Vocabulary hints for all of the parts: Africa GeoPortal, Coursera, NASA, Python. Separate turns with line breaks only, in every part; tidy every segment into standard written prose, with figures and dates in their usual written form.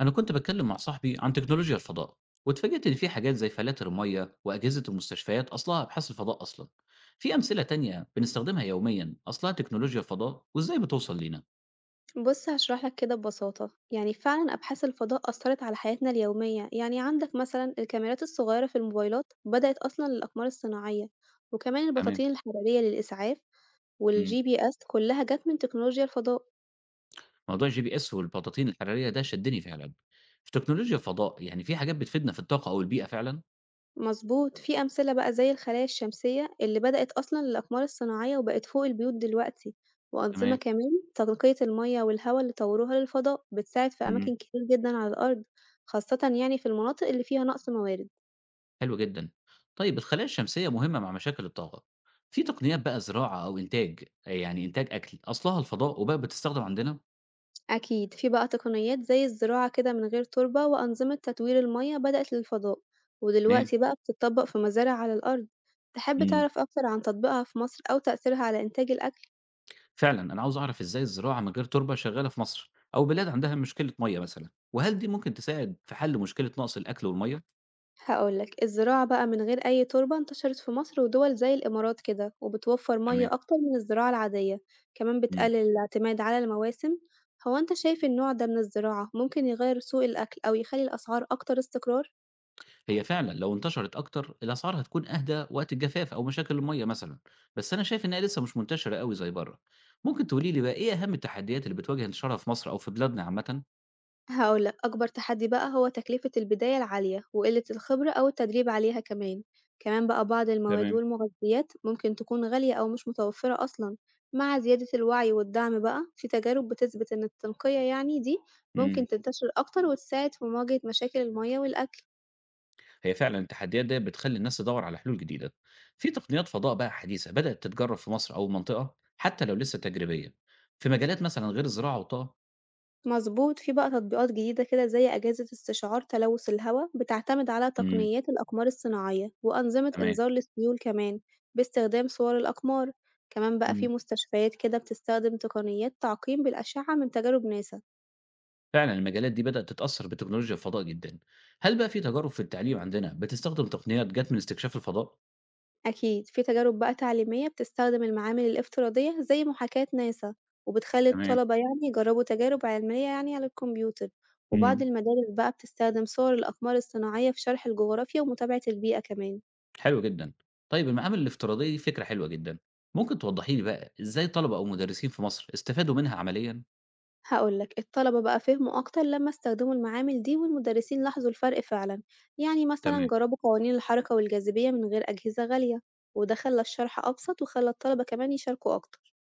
أنا كنت بتكلم مع صاحبي عن تكنولوجيا الفضاء واتفاجئت إن في حاجات زي فلاتر المية وأجهزة المستشفيات أصلها أبحاث الفضاء أصلا. في أمثلة تانية بنستخدمها يوميا أصلها تكنولوجيا الفضاء وإزاي بتوصل لينا؟
بُص هاشرح لك كده ببساطة، يعني فعلًا أبحاث الفضاء أثّرت على حياتنا اليومية، يعني عندك مثلًا الكاميرات الصغيرة في الموبايلات بدأت أصلًا للأقمار الصناعية، وكمان
تمام.
البطاطين الحرارية للإسعاف
مم.
والGPS كلها جات من تكنولوجيا الفضاء.
موضوع الGPS والبطاطين الحرارية ده شدني فعلا. في تكنولوجيا الفضاء يعني في حاجات بتفيدنا في الطاقة أو البيئة فعلا؟
مضبوط، في أمثلة بقى زي الخلايا الشمسية اللي بدأت أصلًا للأقمار الصناعية وبقت فوق البيوت دلوقتي، وأنظمة
تمام.
كمان تنقية المَيّة والهوا اللي طوروها للفضاء بتساعد في
مم.
أماكن كتير جدًا على الأرض، خاصةً يعني في المناطق اللي فيها نقص موارد.
حلو جدا. طيب الخلايا الشمسية مهمة مع مشاكل الطاقة. في تقنيات بقى زراعة أو إنتاج يعني إنتاج أكل أصلها الفضاء وبقى بتستخدم عندنا؟
أكيد في بقى تقنيات زي الزراعة كده من غير تربة وأنظمة تدوير المياه بدأت للفضاء
تمام.
ودلوقتي بقى بتطبق في مزارع على الأرض. تحب
مم.
تعرف أكتر عن تطبيقها في مصر أو تأثيرها على إنتاج الأكل؟
فعلًا، أنا عاوز أعرف إزاي الزراعة من غير تربة شغالة في مصر أو بلاد عندها مشكلة مَيّة مثلًا، وهل دي ممكن تساعد في حل مشكلة نقص الأكل والمَيّة؟
هقولك الزراعة بقى من غير أي تربة انتشرت في مصر ودول زي الإمارات كده وبتوفر مياه
تمام.
أكتر من الزراعة العادية، كمان
إمم.
بتقلل الاعتماد على المواسم. هو أنت شايف النوع ده من الزراعة ممكن يغير سوق الأكل أو يخلي الأسعار أكتر استقرار؟
هي فعلًا لو انتشرت أكتر الأسعار هتكون أهدى وقت الجفاف أو مشاكل المَيّة مثلًا، بس أنا شايف إنها لسه مش منتشرة أوي زي برّه، ممكن تقولي لي بقى إيه أهم التحديات اللي بتواجه الزراعة في مصر أو في بلادنا عامةً؟
هقول لك أكبر تحدي بقى هو تكلفة البداية العالية وقلة الخبرة أو التدريب عليها كمان، كمان بقى بعض المواد
تمام.
والمغذيات ممكن تكون غالية أو مش متوفرة أصلا، مع زيادة الوعي والدعم بقى في تجارب بتثبت إن التنقية يعني دي
إمم.
ممكن تنتشر أكتر وتساعد في مواجهة مشاكل المياه والأكل.
هي فعلًا التحديات ديّة بتخلّي الناس تدوّر على حلول جديدة. في تقنيات فضاء بقى حديثة بدأت تتجرّب في مصر أو المنطقة، حتى لو لسه تجريبية، في مجالات مثلًا غير الزراعة والطاقة.
مضبوط، في بقى تطبيقات جديدة كده زي أجهزة استشعار تلوث الهوا، بتعتمد على
إمم.
تقنيات الأقمار الصناعية وأنظمة
تمام.
إنذار للسيول كمان باستخدام صور الأقمار، كمان بقى في
إمم.
مستشفيات كده بتستخدم تقنيات تعقيم بالأشعة من تجارب ناسا.
فعلًا المجالات دي بدأت تتأثّر بتكنولوجيا الفضاء جدًا. هل بقى في تجارب في التعليم عندنا بتستخدم تقنيات جات من استكشاف الفضاء؟
أكيد في تجارب بقى تعليمية بتستخدم المعامل الافتراضية زي محاكاة ناسا، وبتخلي
تمام.
الطلبة يعني يجربوا تجارب علمية يعني على الكمبيوتر، وبعض
إمم.
المدارس بقى بتستخدم صور الأقمار الصناعية في شرح الجغرافيا ومتابعة البيئة كمان.
حلو جدًا. طيب المعامل الافتراضية دي فكرة حلوة جدًا. ممكن توضّحي لي بقى إزاي طلبة أو مدرسين في مصر استفادوا منها عمليًا؟
هاقول لك، الطلبة بقى فهموا أكتر لمّا استخدموا المعامل دي والمدرسين لاحظوا الفرق فعلًا، يعني مثلًا
تمام.
جربوا قوانين الحركة والجاذبية من غير أجهزة غالية، وده خلّى الشرح أبسط وخلّى الطلبة كمان يشاركوا أكتر.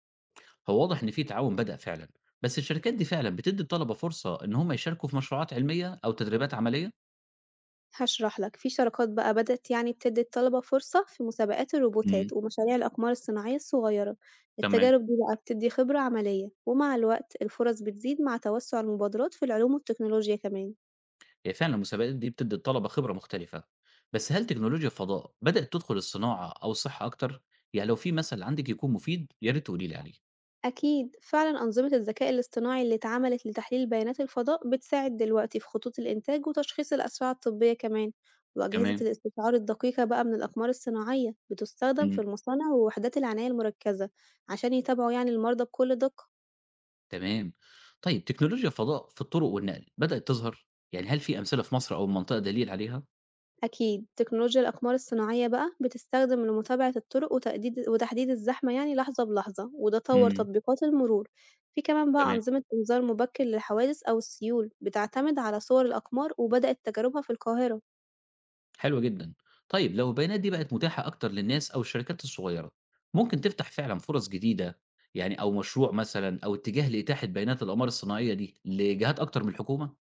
هو واضح إن في تعاون بدأ فعلًا، بس الشركات دي فعلًا بتدّي الطلبة فرصة إن هم يشاركوا في مشروعات علمية أو تدريبات عملية؟
هاشرح لك، في شراكات بقى بدأت يعني بتدي الطلبة فرصة في مسابقات
امم.
الروبوتات ومشاريع الأقمار الصناعية الصغيرة،
تمام.
التجارب دي بقى بتدي خبرة عملية، ومع الوقت الفرص بتزيد مع توسع المبادرات في العلوم والتكنولوجيا كمان.
هي فعلًا المسابقات دي بتدّي الطلبة خبرة مختلفة، بس هل تكنولوجيا الفضاء بدأت تدخل الصناعة أو الصحة أكتر؟ يعني لو في مثل عندِك يكون مفيد يا ريت تقولي لي عليه.
أكيد، فعلًا أنظمة الذكاء الاصطناعي اللي اتعملت لتحليل بيانات الفضاء بتساعد دلوقتي في خطوط الإنتاج وتشخيص الأسباب الطبية كمان، وأجهزة
تمام.
الاستشعار الدقيقة بقى من الأقمار الصناعية بتستخدم في
امم.
المصانع ووحدات العناية المركزة عشان يتابعوا يعني المرضى بكل دقة.
تمام. طيب تكنولوجيا الفضاء في الطرق والنقل بدأت تظهر؟ يعني هل في أمثلة في مصر أو المنطقة دليل عليها؟
أكيد، تكنولوجيا الأقمار الصناعية بقى بتستخدم لمتابعة الطرق وتقديد وتحديد الزحمة يعني لحظة بلحظة، وده طور
امم.
تطبيقات المرور، في كمان بقى
تمام.
أنظمة إنذار مبكر للحوادث أو السيول بتعتمد على صور الأقمار وبدأت تجاربها في القاهرة.
حلو جدًا. طيب لو البيانات دي بقت متاحة أكتر للناس أو الشركات الصغيرة، ممكن تفتح فعلًا فرص جديدة يعني أو مشروع مثلًا أو اتجاه لإتاحة بيانات الأقمار الصناعية دي لجهات أكتر من الحكومة؟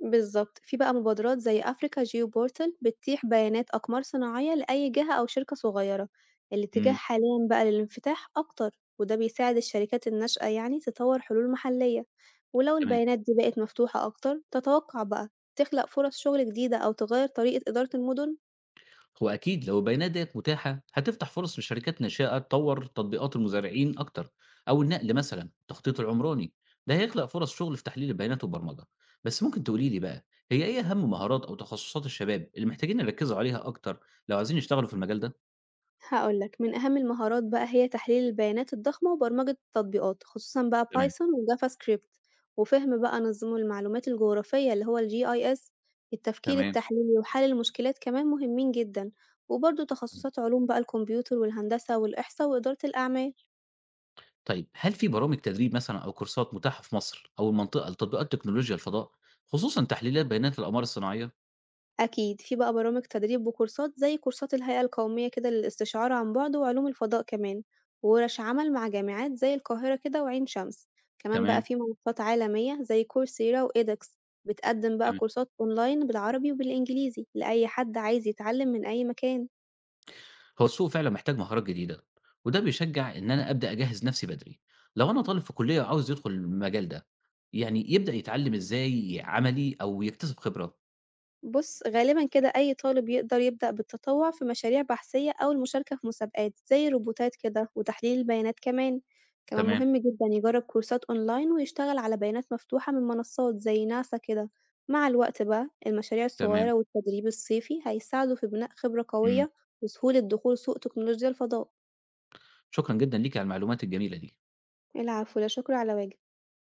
بالضبط. في بقى مبادرات زي Africa GeoPortal بتتيح بيانات أقمار صناعية لأي جهة أو شركة صغيرة. الاتجاه
إمم.
حاليًا بقى للانفتاح أكتر، وده بيساعد الشركات الناشئة يعني تطور حلول محلية، ولو
تمام.
البيانات دي بقت مفتوحة أكتر، تتوقع بقى تخلق فرص شغل جديدة أو تغير طريقة إدارة المدن؟
هو أكيد لو البيانات ديّة متاحة، هتفتح فرص لشركات ناشئة تطوّر تطبيقات المزارعين أكتر أو النقل مثلًا، التخطيط العمراني. ده هيخلق فرص شغل في تحليل البيانات والبرمجة. بس ممكن تقولي لي بقى، هي إيه أهم مهارات أو تخصصات الشباب اللي محتاجين يركّزوا عليها أكتر لو عايزين يشتغلوا في المجال ده؟
هاقول لك، من أهم المهارات بقى هي تحليل البيانات الضخمة وبرمجة التطبيقات، خصوصًا بقى
تمام.
Python وJavaScript، وفهم بقى نظم المعلومات الجغرافية اللي هو الGIS، التفكير
تمام.
التحليلي وحل المشكلات كمان مهمين جدًا، وبرضه
إمم.
تخصصات علوم بقى الكمبيوتر والهندسة والإحصاء وإدارة الأعمال.
طيب هل في برامج تدريب مثلًا أو كورسات متاحة في مصر أو المنطقة لتطبيقات تكنولوجيا الفضاء، خصوصًا تحليلات بيانات الأقمار الصناعية؟
أكيد، في بقى برامج تدريب وكورسات زي كورسات الهيئة القومية كده للاستشعار عن بُعد وعلوم الفضاء كمان، وورش عمل مع جامعات زي القاهرة كده وعين شمس، كمان بقى
تمام.
في منصات عالمية زي كورسيرا وEdX بتقدم بقى
تمام.
كورسات أونلاين بالعربي وبالإنجليزي لأي حد عايز يتعلم من أي مكان.
هو السوق فعلًا محتاج مهارات جديدة، وده بيشجّع إن أنا أبدأ أجهّز نَفْسي بدري. لو أنا طالب في كُلّية وعاوز يدخل المجال ده، يعني يبدأ يتعلّم إزاي عملي أو يكتسب خبرة؟
بُص، غالبًا كده أي طالب يقدر يبدأ بالتطوع في مشاريع بحثية أو المشاركة في مسابقات زي الروبوتات كده وتحليل البيانات كمان، كمان
تمام.
مهم جدًا يجرب كورسات أونلاين ويشتغل على بيانات مفتوحة من منصات زي ناسا كده، مع الوقت بقى المشاريع
تمام.
الصغيرة والتدريب الصيفي هيساعده في بناء خبرة
إمم.
قوية وسهولة دخول سوق تكنولوجيا الفضاء.
شكرًا جدًا ليكِ على المعلومات الجميلة دي.
العفو، لا شكر على واجب.